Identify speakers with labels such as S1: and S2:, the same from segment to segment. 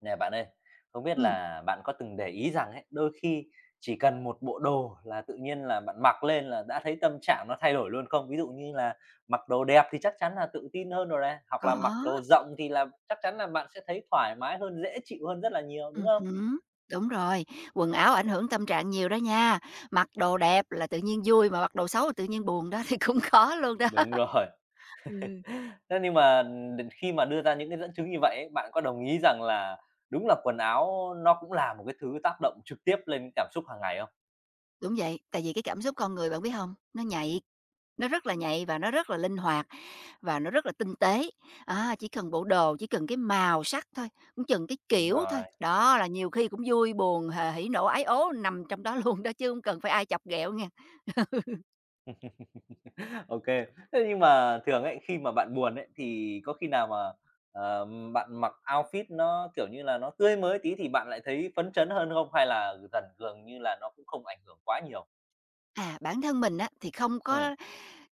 S1: Nè bạn ơi, không biết
S2: Ừm,
S1: là bạn có từng để ý rằng ấy, đôi khi chỉ cần một bộ đồ là tự nhiên là bạn mặc lên là đã thấy tâm trạng nó thay đổi luôn không? Ví dụ như là mặc đồ đẹp thì chắc chắn là tự tin hơn rồi này, hoặc
S2: có,
S1: là mặc đồ rộng thì là chắc chắn là bạn sẽ thấy thoải mái hơn, dễ chịu hơn rất là nhiều, đúng không?
S2: hứm, đúng rồi, quần áo ảnh hưởng tâm trạng nhiều đó nha, mặc đồ đẹp là tự nhiên vui mà mặc đồ xấu là tự nhiên buồn đó thì cũng khó luôn đó.
S1: Đúng rồi.
S2: Ừ,
S1: Thế nhưng mà khi mà đưa ra những cái dẫn chứng như vậy ấy, bạn có đồng ý rằng là đúng là quần áo nó cũng là một cái thứ tác động trực tiếp lên cảm xúc hàng ngày không?
S2: đúng vậy, tại vì cái cảm xúc con người bạn biết hông? Nó nhạy, nó rất là nhạy và nó rất là linh hoạt và nó rất là tinh tế. Á, chỉ cần bộ đồ, chỉ cần cái màu sắc thôi, cũng chừng cái
S1: Đúng
S2: kiểu thôi,
S1: rồi.
S2: đó là nhiều khi cũng vui buồn, hỉ nộ ái ố nằm trong đó luôn đó chứ hông cần phải ai chọc ghẹo nghe.
S1: OK. Thế nhưng mà thường ấy, khi mà bạn buồn ấy, thì có khi nào mà, ờ, bạn mặc outfit nó, kiểu như là, nó tươi mới tí thì bạn lại thấy phấn chấn hơn không? Hay là dần gần như là nó cũng không ảnh hưởng quá nhiều?
S2: À, bản thân mình á, thì không
S1: Ừm,
S2: có,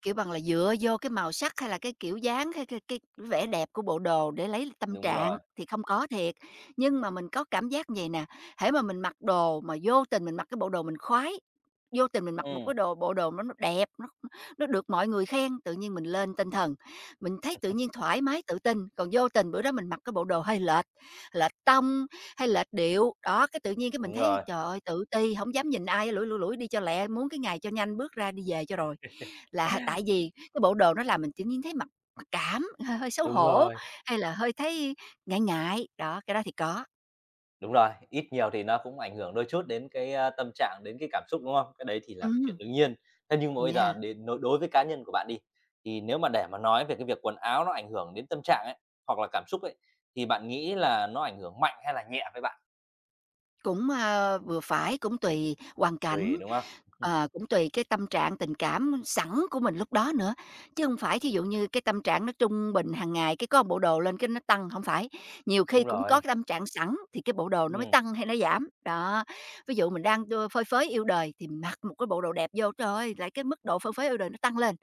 S2: kiểu bằng là, dựa vô cái màu sắc hay là cái kiểu dáng, hay cái vẻ đẹp của bộ đồ để lấy tâm
S1: đúng
S2: trạng
S1: rồi.
S2: thì không có thiệt. Nhưng mà mình có cảm giác vậy nè, hễ mà mình mặc đồ mà vô tình mình mặc cái bộ đồ mình khoái, vô tình mình mặc một
S1: Ừm,
S2: cái đồ bộ đồ mà nó đẹp, nó được mọi người khen, tự nhiên mình lên tinh thần, mình thấy tự nhiên thoải mái, tự tin. Còn vô tình bữa đó mình mặc cái bộ đồ hơi lệch, lệch tông hay lệch điệu, đó, cái tự nhiên cái mình
S1: đúng
S2: thấy,
S1: rồi.
S2: trời ơi, tự ti, không dám nhìn ai, lủi, lủi, lủi đi cho lẹ, muốn cái ngày cho nhanh bước ra đi về cho rồi. Là tại vì cái bộ đồ nó làm mình tự nhiên thấy mặc mặc cảm, hơi hơi xấu
S1: Đúng
S2: hổ,
S1: rồi.
S2: hay là hơi thấy ngại ngại, đó, cái đó thì có.
S1: Đúng rồi, ít nhiều thì nó cũng ảnh hưởng đôi chút đến cái, a, tâm trạng, đến cái cảm xúc, đúng không? Cái đấy thì là cái chuyện
S2: Ừm,
S1: đương nhiên. Thế nhưng mà bây giờ
S2: yeah.
S1: đến đối đối với cá nhân của bạn đi, thì nếu mà để mà nói về cái việc quần áo nó ảnh hưởng đến tâm trạng ấy, hoặc là cảm xúc ấy, thì bạn nghĩ là nó ảnh hưởng mạnh hay là nhẹ với bạn?
S2: Cũng, vừa phải, cũng tùy hoàn cảnh,
S1: Tùy, đúng không?
S2: cũng tùy cái tâm trạng tình cảm sẵn của mình lúc đó nữa, chứ không phải thí dụ như cái tâm trạng nó trung bình hàng ngày, cái có một bộ đồ lên cái nó tăng, không phải. Nhiều khi
S1: Đúng
S2: cũng có
S1: rồi.
S2: cái tâm trạng sẵn thì cái bộ đồ nó mới
S1: Ừm,
S2: tăng hay nó giảm, đó. Ví dụ mình đang, phơi phới yêu đời thì mặc một cái bộ đồ đẹp vô, trời ơi, lại cái mức độ phơi phới yêu đời nó tăng lên.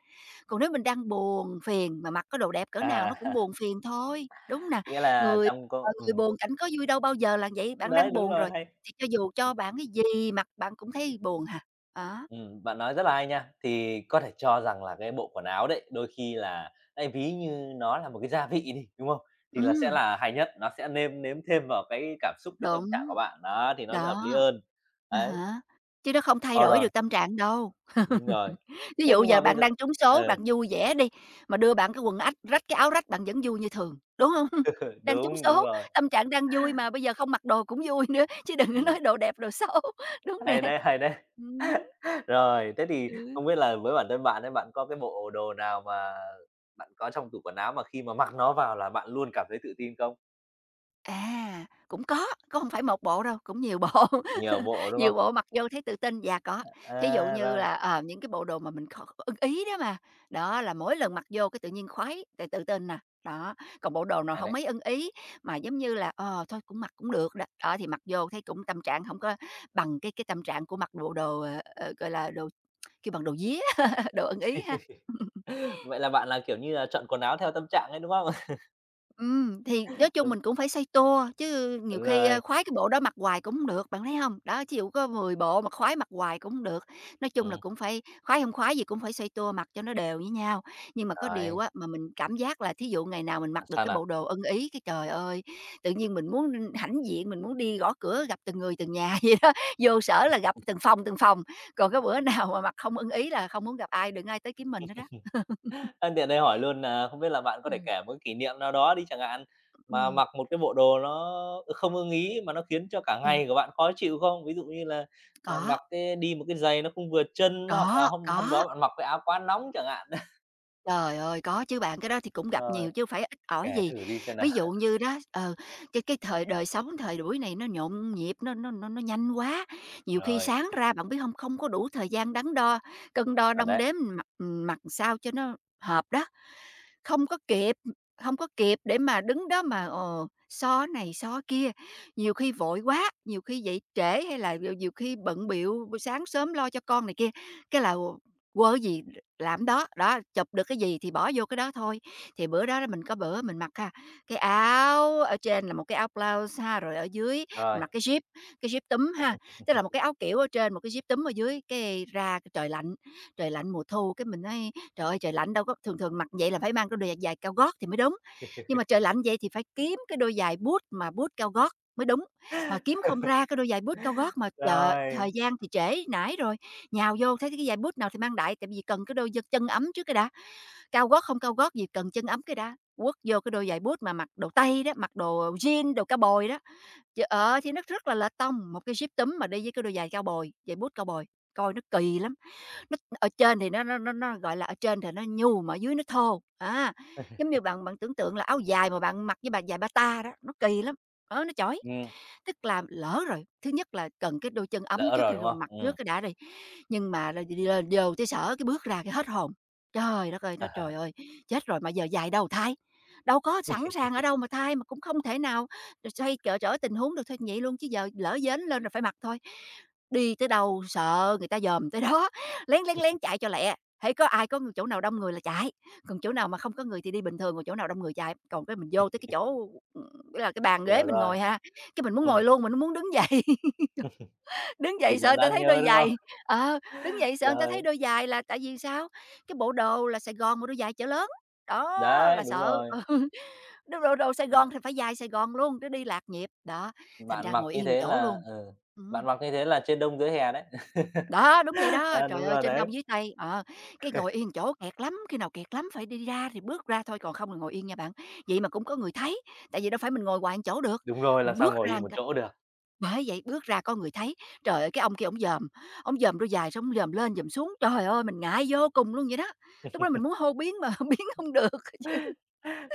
S2: Còn nếu mình đang buồn phiền mà mặc có đồ đẹp cỡ nào
S1: à,
S2: nó cũng buồn phiền thôi, đúng nè.
S1: nghĩa là
S2: Người,
S1: trong
S2: ờ,
S1: cô
S2: người buồn cảnh có vui đâu bao giờ là vậy, bạn
S1: đấy,
S2: đang
S1: đúng
S2: buồn
S1: rồi,
S2: rồi,
S1: hay.
S2: thì cho dù cho bạn cái gì mặc bạn cũng thấy buồn hả? Đó,
S1: Bạn nói rất là hay nha. Thì có thể cho rằng là cái bộ quần áo đấy, đôi khi là ấy, ví như nó là một cái gia vị đi, đúng không? Thì là sẽ
S2: ừm,
S1: là hay nhất, nó sẽ nêm nếm thêm vào cái cảm xúc, cái tâm trạng
S2: đúng,
S1: của bạn, đó, thì nó sẽ hợp lý
S2: đó,
S1: hơn.
S2: à
S1: Đấy,
S2: há, chứ nó không thay
S1: ờ,
S2: đổi
S1: rồi,
S2: được tâm trạng đâu.
S1: đúng rồi.
S2: Ví
S1: Thế
S2: dụ
S1: nhưng mà
S2: giờ
S1: bây
S2: bạn
S1: giờ
S2: đang trúng số, bạn
S1: ừ,
S2: vui vẻ đi, mà đưa bạn cái quần ách rách, cái áo rách bạn vẫn vui như thường, đúng hông? Đang trúng
S1: đúng, đúng
S2: số,
S1: rồi,
S2: tâm trạng đang vui mà bây giờ không mặc đồ cũng vui nữa, chứ đừng có
S1: ừm,
S2: nói đồ đẹp, đồ xấu, đúng nè.
S1: hay đấy, hay đấy.
S2: Ừm.
S1: Rồi, thế thì
S2: Ừ.
S1: không biết là với bản thân bạn ấy, bạn có cái bộ đồ nào mà bạn có trong tủ quần áo mà khi mà mặc nó vào là bạn luôn cảm thấy tự tin không?
S2: À, cũng có không phải một bộ đâu, cũng nhiều bộ,
S1: Nhiều bộ, đúng
S2: nhiều
S1: không?
S2: bộ mặc vô thấy tự tin. Dạ, có, thí dụ
S1: À,
S2: như
S1: rồi.
S2: là, những cái bộ đồ mà mình ưng ý đó mà, đó, là mỗi lần mặc vô cái tự nhiên khoái, tự tự tin nè, đó. Còn bộ đồ nào
S1: Đấy,
S2: không
S1: đấy.
S2: mấy ưng ý mà giống như là, thôi cũng mặc cũng được đó, đó, thì mặc vô thấy cũng tâm trạng không có bằng cái tâm trạng của mặc bộ đồ, gọi là, đồ kêu bằng đồ vía, đồ ưng ý ha.
S1: Vậy là bạn là, kiểu như là, chọn quần áo theo tâm trạng ấy, đúng không?
S2: Thì nói chung
S1: Ừ,
S2: mình cũng phải xây tua, chứ nhiều
S1: đúng
S2: khi,
S1: rồi.
S2: khoái cái bộ đó mặc hoài cũng hông được, bạn thấy không? Đó, ví dụ có 10 bộ mà khoái mặc hoài cũng hông được, nói chung là
S1: Ừm,
S2: cũng phải khoái không khoái gì cũng phải xây tua mặc cho nó đều với nhau. Nhưng mà có điều
S1: rồi,
S2: á, mà mình cảm giác là thí dụ ngày nào mình
S1: à,
S2: mặc được
S1: sao
S2: cái
S1: nào?
S2: bộ đồ ưng ý cái trời ơi, tự nhiên mình muốn hãnh diện, mình muốn đi gõ cửa gặp từng người, từng nhà vậy đó, vô sở là gặp từng phòng, còn cái bữa nào mà mặc không ưng ý là không muốn gặp ai, đừng ai tới kiếm mình hết đó.
S1: Nhân tiện đây hỏi luôn nà không biết là bạn có thể
S2: Ừm.
S1: kể một cái kỷ niệm nào đó đi chẳng hạn, mà
S2: Ừm,
S1: mặc một cái bộ đồ nó không ưng ý mà nó khiến cho cả
S2: ừm,
S1: ngày của bạn khó chịu không? Ví dụ như là
S2: có,
S1: mặc cái đi một cái giày nó không vừa chân, hoặc là
S2: có,
S1: hôm hôm
S2: có.
S1: đó bạn mặc cái áo quá nóng chẳng hạn.
S2: Trời ơi, có chứ bạn, cái đó thì cũng gặp
S1: Rồi,
S2: nhiều chứ phải ít ỏi
S1: kể
S2: gì.
S1: thử đi xem nào.
S2: Ví dụ như đó, cái thời đời sống thời buổi này nó nhộn nhịp, nó nhanh quá, nhiều khi
S1: Rồi.
S2: sáng ra bạn biết không, không có đủ thời gian đắn đo, cân đo
S1: Thật
S2: đong
S1: đấy,
S2: đếm mặt mặt sao cho nó hợp đó. Không có kịp, không có kịp để mà đứng đó mà, so này so kia, nhiều khi vội quá, nhiều khi dậy trễ hay là nhiều nhiều khi bận bịu, sáng sớm lo cho con này kia, cái là quơ gì làm đó, đó, chụp được cái gì thì bỏ vô cái đó thôi. Thì bữa đó mình có bữa mình mặc ha, cái áo ở trên là một cái áo blouse ha, rồi ở dưới mình
S1: rồi.
S2: mặc cái jean túm ha, tức là một cái áo kiểu ở trên, một cái jean túm ở dưới, cái ra cái trời lạnh mùa thu cái mình nói: "Trời ơi, trời lạnh đâu có", thường thường mặc vậy là phải mang cái đôi giày cao gót thì mới đúng. Nhưng mà trời lạnh vậy thì phải kiếm cái đôi giày boot mà boot cao gót mới đúng. Mà kiếm không ra cái đôi giày boot cao gót mà chợ
S1: Rồi.
S2: thời gian thì trễ nải rồi, nhào vô thấy cái giày boot nào thì mang đại, tại vì cần cái đôi giật chân ấm trước cái đã, cao gót không cao gót gì, cần chân ấm cái đã. Quất vô cái đôi giày boot mà mặc đồ tây đó, mặc đồ jean, đồ cao bồi đó, thì nó rất là lệch tông, một cái zip túm mà đi với cái đôi giày cao bồi, giày boot cao bồi, coi nó kỳ lắm. Nó ở trên thì nó, gọi là, ở trên thì nó nhu mà ở dưới nó thô. Giống như bạn bạn tưởng tượng là áo dài mà bạn mặc với bà giày bata đó, nó kỳ lắm, đó, nó chói.
S1: Ừm,
S2: Tức là lỡ rồi, thứ nhất là cần cái đôi chân ấm
S1: lỡ
S2: trước
S1: rồi,
S2: khi
S1: đúng không?
S2: luôn mặc trước
S1: Ừm.
S2: cái đã đi, nhưng mà là đi lên vô tới sở cái bước ra cái hết hồn. Trời đất ơi, nó trời ơi, chết rồi mà giờ dài đâu thay? Đâu có sẵn sàng ở đâu mà thay, mà cũng không thể nào xoay trở trở tình huống được thôi vậy luôn chứ giờ lỡ vén lên rồi phải mặc thôi. Đi tới đâu sợ người ta dòm tới đó, lén, lén, lén chạy cho lẹ, hễ có ai có chỗ nào đông người là chạy, còn chỗ nào mà không có người thì đi bình thường, còn chỗ nào đông người chạy. Còn cái mình vô tới cái chỗ, là cái bàn ghế
S1: Hiểu
S2: mình
S1: rồi.
S2: ngồi ha, cái mình muốn
S1: Ừm.
S2: ngồi luôn, mình hông muốn đứng dậy, đứng
S1: Kỷ
S2: dậy sợ
S1: niệm
S2: người ta
S1: đáng
S2: thấy đôi
S1: nhớ, đúng không?
S2: giày. Ờ, đứng dậy sợ người ta thấy
S1: Rồi,
S2: đôi giày là tại vì sao? Cái bộ đồ là Sài Gòn mà đôi giày chở lớn, đó,
S1: đấy,
S2: là
S1: đúng
S2: sợ.
S1: rồi.
S2: Ừ, đồ đồ Sài
S1: Đấy,
S2: Gòn thì phải dài Sài Gòn luôn, để đi lạc nhịp, đó, thành
S1: bạn
S2: ra
S1: mặc
S2: ngồi
S1: như
S2: yên
S1: thế
S2: chỗ
S1: là
S2: luôn.
S1: ừ,
S2: Ừm,
S1: bạn mặc như thế là trên đông dưới hè đấy.
S2: đó, đúng vậy đó,
S1: À,
S2: trời
S1: đúng
S2: ơi,
S1: rồi
S2: trên
S1: đấy,
S2: đông dưới tây, cái ngồi yên chỗ kẹt lắm, khi nào kẹt lắm phải đi ra thì bước ra thôi, còn không là ngồi yên nha bạn. Vậy mà cũng có người thấy, tại vì đâu phải mình ngồi hoài một chỗ được,
S1: đúng rồi, làm sao
S2: bước
S1: ngồi
S2: ra
S1: im
S2: một
S1: một chỗ được.
S2: Bởi vậy bước ra có người thấy, trời ơi, cái ông kia ổng dòm đôi dài xong ổng dòm lên dòm xuống, trời ơi, mình ngại vô cùng luôn vậy đó. Lúc đó mình muốn hô biến mà biến không được á chứ.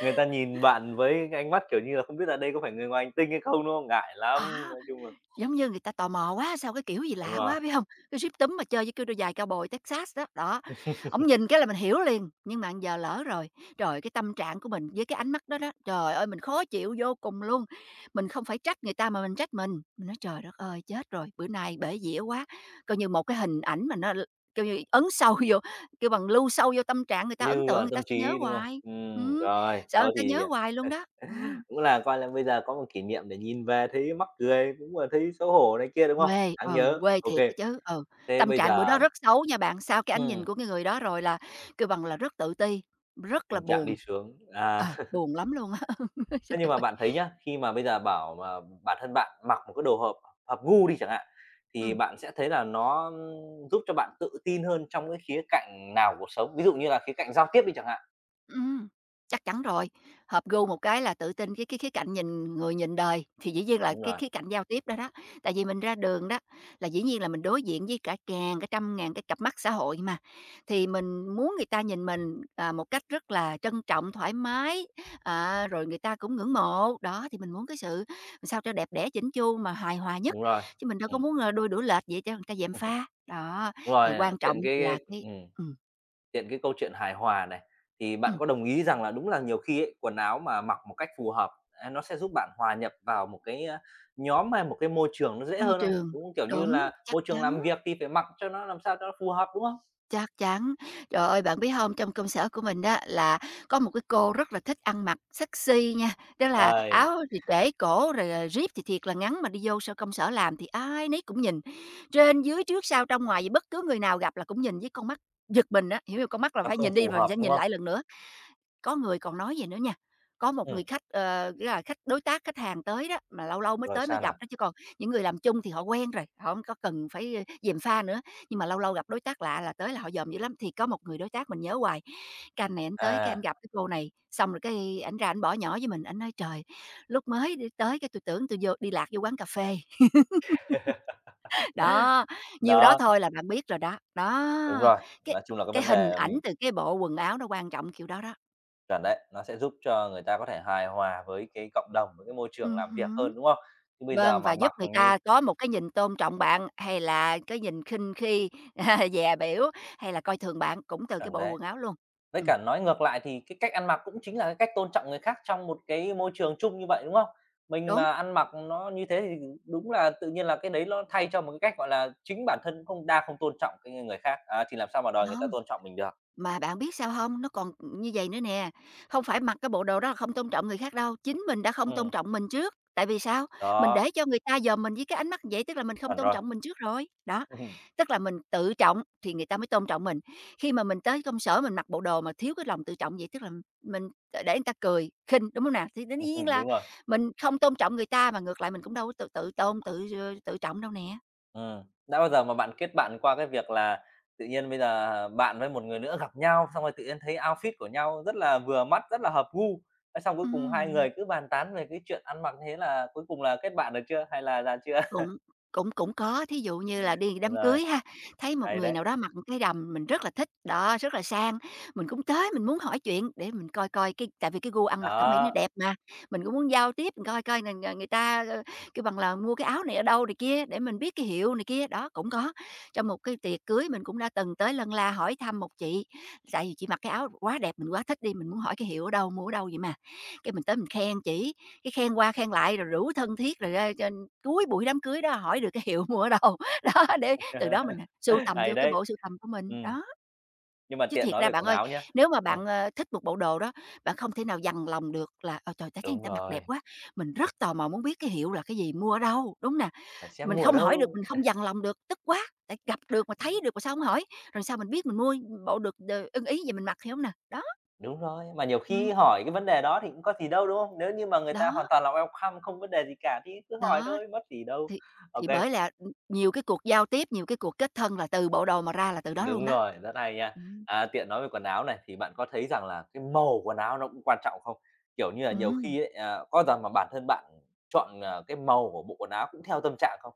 S1: Người ta nhìn bạn với cái ánh mắt, kiểu như là, không biết là đây có phải người ngoài hành tinh hay không, đúng không? Ngại lắm, nói chung là
S2: Giống như người ta tò mò quá sao, cái kiểu gì
S1: đúng
S2: lạ
S1: rồi,
S2: quá, biết không? Cái Jeep túm mà chơi với cái đôi giày cao bồi Texas đó, đó, ổng nhìn cái là mình hiểu liền, nhưng mà giờ lỡ rồi. Trời, cái tâm trạng của mình với cái ánh mắt đó đó, trời ơi, mình khó chịu vô cùng luôn. Mình không phải trách người ta mà mình trách mình nói: "Trời đất ơi, chết rồi, bữa nay bể dĩa quá." Coi như một cái hình ảnh mà nó l kêu như ấn sâu vô, kêu bằng lưu sâu vô tâm trạng người ta, ấn
S1: lưu
S2: tượng
S1: dọn
S2: người ta
S1: tâm
S2: sẽ nhớ
S1: trí, đúng không?
S2: hoài. Ừm,
S1: Rồi,
S2: sợ người
S1: thôi
S2: ta
S1: thì,
S2: nhớ hoài luôn đó.
S1: cũng là coi là bây giờ có một kỷ niệm để nhìn về thấy mắc cười, cũng là thấy xấu hổ này kia, đúng không?
S2: Quê,
S1: Đáng nhớ,
S2: quê
S1: ok.
S2: thiệt đó chứ, ừ.
S1: Thế
S2: Tâm
S1: bây
S2: trạng bữa đó
S1: giờ
S2: rất xấu nha bạn, sau cái ánh nhìn
S1: ừm,
S2: của cái người đó rồi là kêu bằng là rất tự ti, rất là
S1: tâm trạng
S2: buồn,
S1: đi xuống, à.
S2: buồn lắm luôn á. Trời
S1: Thế nhưng mà
S2: ơi!
S1: bạn thấy nhá, khi mà bây giờ bảo mà bản thân bạn mặc một cái đồ hợp hợp gu đi chẳng hạn, thì
S2: Ừm.
S1: bạn sẽ thấy là nó giúp cho bạn tự tin hơn trong cái khía cạnh nào của cuộc sống? Ví dụ như là khía cạnh giao tiếp đi chẳng hạn.
S2: Ừm, chắc chắn rồi. Hợp gu một cái là tự tin cái khía cạnh nhìn người, nhìn đời, thì dĩ nhiên là
S1: Đúng
S2: cái
S1: rồi,
S2: khía cạnh giao tiếp đó đó. Tại vì mình ra đường đó, là dĩ nhiên là mình đối diện với cả ngàn, cả trăm ngàn cái cặp mắt xã hội mà, thì mình muốn người ta nhìn mình, một cách rất là trân trọng, thoải mái, à, rồi người ta cũng ngưỡng mộ. Đó, thì mình muốn cái sự sao cho đẹp đẽ, chỉnh chu mà hài hòa nhất,
S1: đúng rồi.
S2: chứ mình đâu có
S1: Ừm,
S2: muốn, đôi đũa lệch vậy cho người ta gièm pha. Đó,
S1: đúng rồi,
S2: thì quan trọng
S1: tiện cái
S2: là cái
S1: ừm,
S2: ừm,
S1: tiện cái câu chuyện hài hòa này, thì bạn
S2: ừm.
S1: có đồng ý rằng là đúng là nhiều khi ấy, quần áo mà mặc một cách phù hợp, à, nó sẽ giúp bạn hòa nhập vào một cái, a, nhóm hay một cái môi trường nó dễ
S2: Môi
S1: hơn không?
S2: trường,
S1: Đúng, không? Kiểu như
S2: đúng,
S1: là,
S2: chắc
S1: môi trường
S2: chắn,
S1: làm việc thì phải mặc cho nó làm sao cho nó phù hợp, đúng không?
S2: chắc chắn. Trời ơi, bạn biết hông, trong công sở của mình á, là có một cái cô rất là thích ăn mặc sexy nha, tức là
S1: Trời,
S2: áo thì trễ cổ, rồi, rip thì thiệt là ngắn, mà đi vô sau công sở làm thì ai nấy cũng nhìn. Trên dưới, trước sau, trong ngoài gì, bất cứ người nào gặp là cũng nhìn với con mắt giật mình á, hiểu hông? Con mắt là
S1: nó
S2: phải
S1: không
S2: nhìn đi
S1: phù
S2: rồi sẽ
S1: hợp, đúng
S2: nhìn
S1: không?
S2: lại lần nữa. Có người còn nói vậy nữa nha, có một
S1: Ừ,
S2: người khách, nghĩa là khách đối tác, khách hàng tới đó, mà lâu lâu mới
S1: rồi
S2: tới mới
S1: sao nào?
S2: gặp đó, chứ còn những người làm chung thì họ quen rồi, họ không có cần phải, gièm pha nữa. Nhưng mà lâu lâu gặp đối tác lạ là tới là họ dòm dữ lắm. Thì có một người đối tác mình nhớ hoài, cái anh này anh tới, cái ảnh
S1: À,
S2: gặp cái cô này, xong rồi cái anh ra anh bỏ nhỏ với mình, anh nói: "Trời, lúc mới đi tới cái tôi tưởng tôi vô đi lạc vô quán cà phê." Đó, nhiêu đó
S1: đó,
S2: thôi là bạn biết rồi đó.
S1: đúng
S2: Đó,
S1: rồi,
S2: cái
S1: nói chung là cái
S2: cái
S1: vấn
S2: hình
S1: đề
S2: ảnh từ cái bộ quần áo nó quan trọng kiểu đó đó.
S1: chuẩn đấy, nó sẽ giúp cho người ta có thể hài hòa với cái cộng đồng, với cái môi trường làm việc
S2: Hứm.
S1: hơn, đúng không? Chứ bây giờ
S2: Vâng,
S1: mà
S2: và giúp
S1: mặc
S2: người
S1: như
S2: ta có một cái nhìn tôn trọng bạn, hay là cái nhìn khinh khi, dè bỉu, hay là coi thường bạn cũng từ cái
S1: chuẩn
S2: bộ
S1: đấy.
S2: quần áo luôn.
S1: Với
S2: Ừm,
S1: cả nói ngược lại thì cái cách ăn mặc cũng chính là cái cách tôn trọng người khác trong một cái môi trường chung như vậy, đúng không? Mình
S2: đúng,
S1: mà ăn mặc nó như thế thì đúng là tự nhiên là cái đấy nó thay cho một cái cách, gọi là, chính bản thân không đang không tôn trọng cái người khác, à, thì làm sao mà đòi người
S2: không
S1: ta tôn trọng mình được.
S2: Mà bạn biết sao không? Nó còn, như vậy nữa nè, không phải mặc cái bộ đồ đó là không tôn trọng người khác đâu, chính mình đã không tôn
S1: Ừ,
S2: trọng mình trước. Tại vì sao? Mình để
S1: đó,
S2: cho người ta dòm mình với cái ánh mắt vậy, tức là mình không
S1: chuẩn
S2: tôn
S1: rồi.
S2: trọng mình trước rồi. Đó,
S1: Ừm,
S2: tức là mình tự trọng thì người ta mới tôn trọng mình. Khi mà mình tới công sở mình mặc bộ đồ mà thiếu cái lòng tự trọng vậy, tức là mình để người ta cười, khinh, đúng không nào? Thì đương nhiên
S1: ừm,
S2: là
S1: đúng rồi.
S2: mình không tôn trọng người ta, mà ngược lại mình cũng đâu có tự tự tôn, tự, tự trọng đâu nè.
S1: Đã bao giờ mà bạn kết bạn qua cái việc là tự nhiên bây giờ bạn với một người nữa gặp nhau, xong rồi tự nhiên thấy outfit của nhau rất là vừa mắt, rất là hợp gu, thế xong cuối cùng hai
S2: Ừm.
S1: người cứ bàn tán về cái chuyện ăn mặc, thế là cuối cùng là kết bạn được chưa, hay là ra chưa?
S2: Cũng cũng cũng có, thí dụ như là đi
S1: Đúng
S2: đám
S1: rồi.
S2: cưới ha, thấy một
S1: Hay
S2: người
S1: đấy,
S2: nào đó mặc một cái đầm mình rất là thích, đó, rất là sang, mình cũng tới mình muốn hỏi chuyện để mình coi coi cái tại vì cái gu ăn mặc thẩm mỹ nó
S1: đó.
S2: đẹp mà, mình cũng muốn giao tiếp, mình coi coi là người ta, kêu bằng là, mua cái áo này ở đâu này kia để mình biết cái hiệu này kia, đó, cũng có. Trong một cái tiệc cưới mình cũng đã từng tới lân la hỏi thăm một chị, tại vì chị mặc cái áo quá đẹp, mình quá thích đi, mình muốn hỏi cái hiệu ở đâu, mua ở đâu vậy mà, cái mình tới mình khen chỉ, cái khen qua khen lại rồi rủ thân thiết, rồi ra trên cuối buổi đám cưới đó hỏi được cái hiệu mua ở đâu. Đó, để từ đó mình, sưu tầm vô
S1: Hay
S2: cái bộ
S1: đấy.
S2: sưu tầm của mình,
S1: Ừm,
S2: đó.
S1: nhưng mà
S2: Chứ
S1: tiện
S2: thiệt
S1: nói
S2: ra
S1: về
S2: bạn
S1: quần
S2: ơi,
S1: áo nhá.
S2: nếu mà
S1: Ừm,
S2: bạn, thích một bộ đồ đó, bạn không thể nào dằn lòng được là "Ờ, trời, ta thấy người
S1: đúng
S2: ta mặc đẹp
S1: rồi,
S2: quá, mình rất tò mò muốn biết cái hiệu là cái gì, mua ở đâu?" Đúng nè,
S1: phải xem
S2: mình
S1: mua ở
S2: không hỏi được,
S1: đâu.
S2: mình không dằn lòng được, tức quá, tại gặp được mà thấy được mà sao không hỏi, rồi sao mình biết mình mua bộ được đ ưng ý vậy mình mặc, hiểu không nè? Đó,
S1: Đúng rồi, mà nhiều
S2: ừm,
S1: khi hỏi cái vấn đề đó thì cũng có gì đâu, đúng không? Nếu như mà người ta hoàn
S2: đó,
S1: toàn là welcome, không vấn đề gì cả thì cứ hỏi
S2: đó.
S1: thôi, mất gì đâu.
S2: Thì
S1: OK,
S2: thì bởi là, nhiều cái cuộc giao tiếp, nhiều cái cuộc kết thân là từ bộ đồ mà ra là từ đó luôn
S1: đúng
S2: đó.
S1: rồi, rất hay nha.
S2: Ừm,
S1: À, tiện nói về quần áo này thì bạn có thấy rằng là cái màu quần áo nó cũng quan trọng không? Kiểu như là, nhiều
S2: ừm.
S1: khi ấy, à, có rằng mà bản thân bạn chọn, cái màu của bộ quần áo cũng theo tâm trạng không?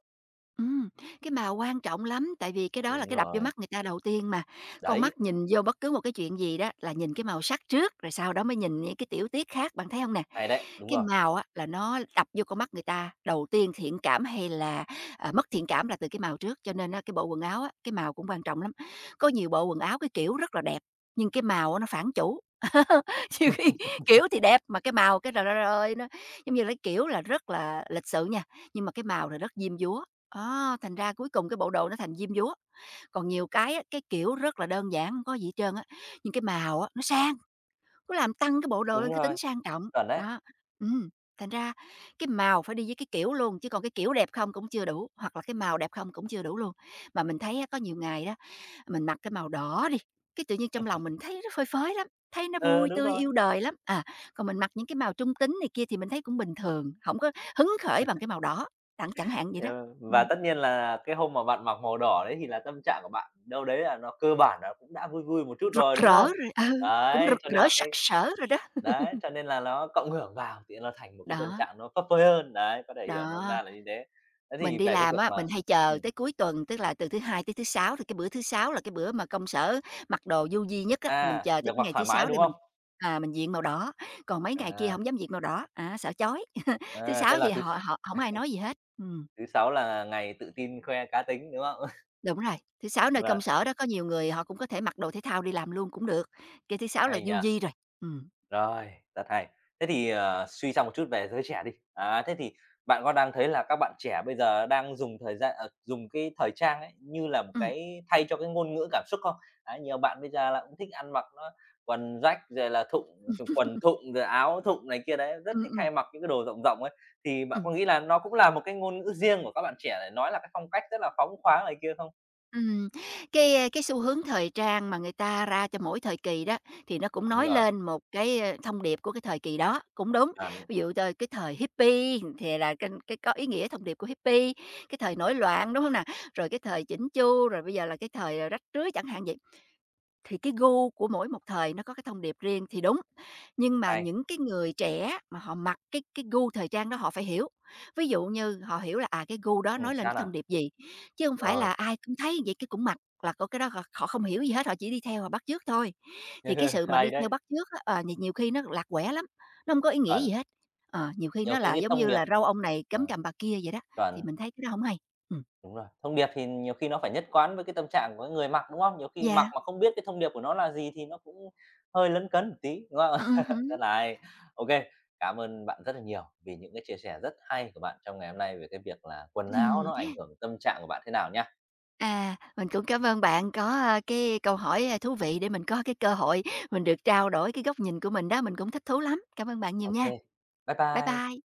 S2: Ừm, cái mà quan trọng lắm, tại vì cái đó là
S1: Đúng
S2: cái đập vô
S1: rồi,
S2: mắt người ta đầu tiên mà. Con
S1: đấy,
S2: mắt nhìn vô bất cứ một cái chuyện gì đó là nhìn cái màu sắc trước, rồi sau đó mới nhìn những cái tiểu tiết khác, bạn thấy không nè?
S1: hay đấy,
S2: Cái màu á là nó đập vô con mắt người ta, đầu tiên thiện cảm hay là, mất thiện cảm là từ cái màu trước, cho nên á cái bộ quần áo á, cái màu cũng quan trọng lắm. Có nhiều bộ quần áo cái kiểu rất là đẹp, nhưng cái màu á nó phản chủ. Nhiều khi kiểu thì đẹp mà cái màu cái trời ơi, nó giống như là cái kiểu là rất là lịch sự nha, nhưng mà cái màu là rất diêm dúa. À, thành ra cuối cùng cái bộ đồ nó thành diêm dúa. Còn nhiều cái á, cái kiểu rất là đơn giản, không có gì hết trơn á, nhưng cái màu á, nó sang, cứ làm tăng cái bộ đồ lên
S1: đúng
S2: cái
S1: rồi,
S2: tính sang trọng.
S1: chuẩn đấy.
S2: Đó, ừm, thành ra cái màu phải đi với cái kiểu luôn, chứ còn cái kiểu đẹp không cũng chưa đủ, hoặc là cái màu đẹp không cũng chưa đủ luôn. Mà mình thấy á, có nhiều ngày đó, mình mặc cái màu đỏ đi, cái tự nhiên trong lòng mình thấy nó phơi phới lắm, thấy nó
S1: Ờ,
S2: vui
S1: đúng
S2: tươi
S1: rồi.
S2: yêu đời lắm. À, còn mình mặc những cái màu trung tính này kia thì mình thấy cũng bình thường, không có hứng khởi bằng cái màu đỏ, đặng chẳng hạn vậy đó.
S1: Ờ, và
S2: Ừm.
S1: tất nhiên là cái hôm mà bạn mặc màu đỏ đấy thì là tâm trạng của bạn đâu đấy là nó cơ bản là cũng đã vui vui một chút
S2: Rực
S1: rồi, đúng
S2: rỡ
S1: không?
S2: rồi, ừ, cũng
S1: Đấy,
S2: rực
S1: cho nên
S2: rỡ
S1: là
S2: sặc
S1: cái
S2: sỡ rồi đó.
S1: đấy, cho nên là nó cộng hưởng vào thì nó thành một cái tâm
S2: Đó,
S1: trạng nó phấp phới hơn, đấy, có thể hiểu nôm
S2: đó,
S1: na là như thế. Thế
S2: mình
S1: thì
S2: đi
S1: về cái
S2: làm
S1: việc
S2: á,
S1: mà
S2: mình hay chờ
S1: ừm,
S2: tới cuối tuần, tức là từ thứ Hai tới thứ Sáu, thì cái bữa thứ Sáu là cái bữa mà công sở mặc đồ du di nhất á, là mình
S1: à,
S2: chờ tới
S1: được
S2: cái
S1: mặc
S2: ngày thứ
S1: thoải mái,
S2: Sáu để
S1: đúng
S2: mình,
S1: không?
S2: mình diện màu đỏ, còn mấy ngày kia
S1: À,
S2: hổng dám diện màu đỏ, sợ chói. Thứ
S1: à, thế
S2: Sáu thì
S1: là thứ
S2: họ họ hổng ai nói gì hết.
S1: thứ Sáu là ngày tự tin khoe cá tính, đúng không?
S2: Đúng rồi, thứ Sáu nơi
S1: Đúng rồi,
S2: công sở đó có nhiều người họ cũng có thể mặc đồ thể thao đi làm luôn cũng được, cái thứ Sáu là
S1: hay
S2: du
S1: nhỉ!
S2: di rồi. Ừ,
S1: Rồi, rất hay. Thế thì, ờ, suy ra một chút về giới trẻ đi. À thế thì bạn có đang thấy là các bạn trẻ bây giờ đang dùng thời gian dùng cái thời trang ấy như là một
S2: ừ, ừ,
S1: cái thay cho cái ngôn ngữ cảm xúc không? Đấy, nhiều bạn bây giờ là cũng thích ăn mặc nó quần rách rồi là thụng th quần thụng, rồi áo thụng này kia đấy, rất
S2: ừ.
S1: thích
S2: Ừm.
S1: hay mặc những cái đồ rộng rộng ấy. Thì bạn có nghĩ là nó cũng là một cái ngôn ngữ riêng của các bạn trẻ để nói là cái phong cách rất là phóng khoáng này kia không?
S2: Ừm, cái xu hướng thời trang mà người ta ra cho mỗi thời kỳ đó, thì nó cũng
S1: Đúng
S2: nói
S1: rồi,
S2: lên một cái, thông điệp của cái thời kỳ đó, cũng đúng.
S1: chuẩn,
S2: Ví dụ t Cái thời hippie thì là cái có ý nghĩa thông điệp của hippie, cái thời nổi loạn, đúng không nè? Rồi cái thời chỉnh chu, rồi bây giờ là cái thời, rách rưới chẳng hạn vậy. Thì cái gu của mỗi một thời nó có cái thông điệp riêng thì đúng, nhưng mà
S1: hay.
S2: những cái người trẻ mà họ mặc cái gu thời trang đó họ phải hiểu. Ví dụ như họ hiểu là, cái gu đó nói lên cái
S1: Sao nào?
S2: thông điệp gì, chứ không phải
S1: Rồi,
S2: là ai cũng thấy vậy cái cũng mặc, là có cái đó họ họ không hiểu gì hết, họ chỉ đi theo họ bắt chước thôi. Thì cái sự mà đi
S1: hay
S2: theo
S1: đấy,
S2: bắt chước á, thì nhiều khi nó lạc quẻ lắm, nó không có ý nghĩa gì
S1: chuẩn.
S2: hết. Ờ, nhiều khi
S1: Nhiều
S2: nó
S1: khi
S2: là
S1: cái
S2: giống
S1: thông
S2: như
S1: điệp
S2: là râu ông này cấm
S1: ờ,
S2: cầm bà kia vậy đó, thì
S1: chuẩn,
S2: mình thấy cái đó không hay. Ừ.
S1: đúng rồi. Thông điệp thì nhiều khi nó phải nhất quán với cái tâm trạng của cái người mặc, đúng không? Nhiều khi
S2: Dạ, yeah.
S1: mặc mà không biết cái thông điệp của nó là gì thì nó cũng hơi lấn cấn một tí, đúng không?
S2: Ừm
S1: Rất là hay. Ô, cảm ơn bạn rất là nhiều vì những cái chia sẻ rất hay của bạn trong ngày hôm nay về cái việc là quần áo
S2: hứm.
S1: nó ảnh hưởng tâm trạng của bạn thế nào nhá.
S2: À, mình cũng cảm ơn bạn có, cái câu hỏi, thú vị để mình có cái cơ hội mình được trao đổi cái góc nhìn của mình đó, mình cũng thích thú lắm. Cảm ơn bạn nhiều
S1: OK.
S2: nha.
S1: Bye
S2: Bye
S1: bye.
S2: bye.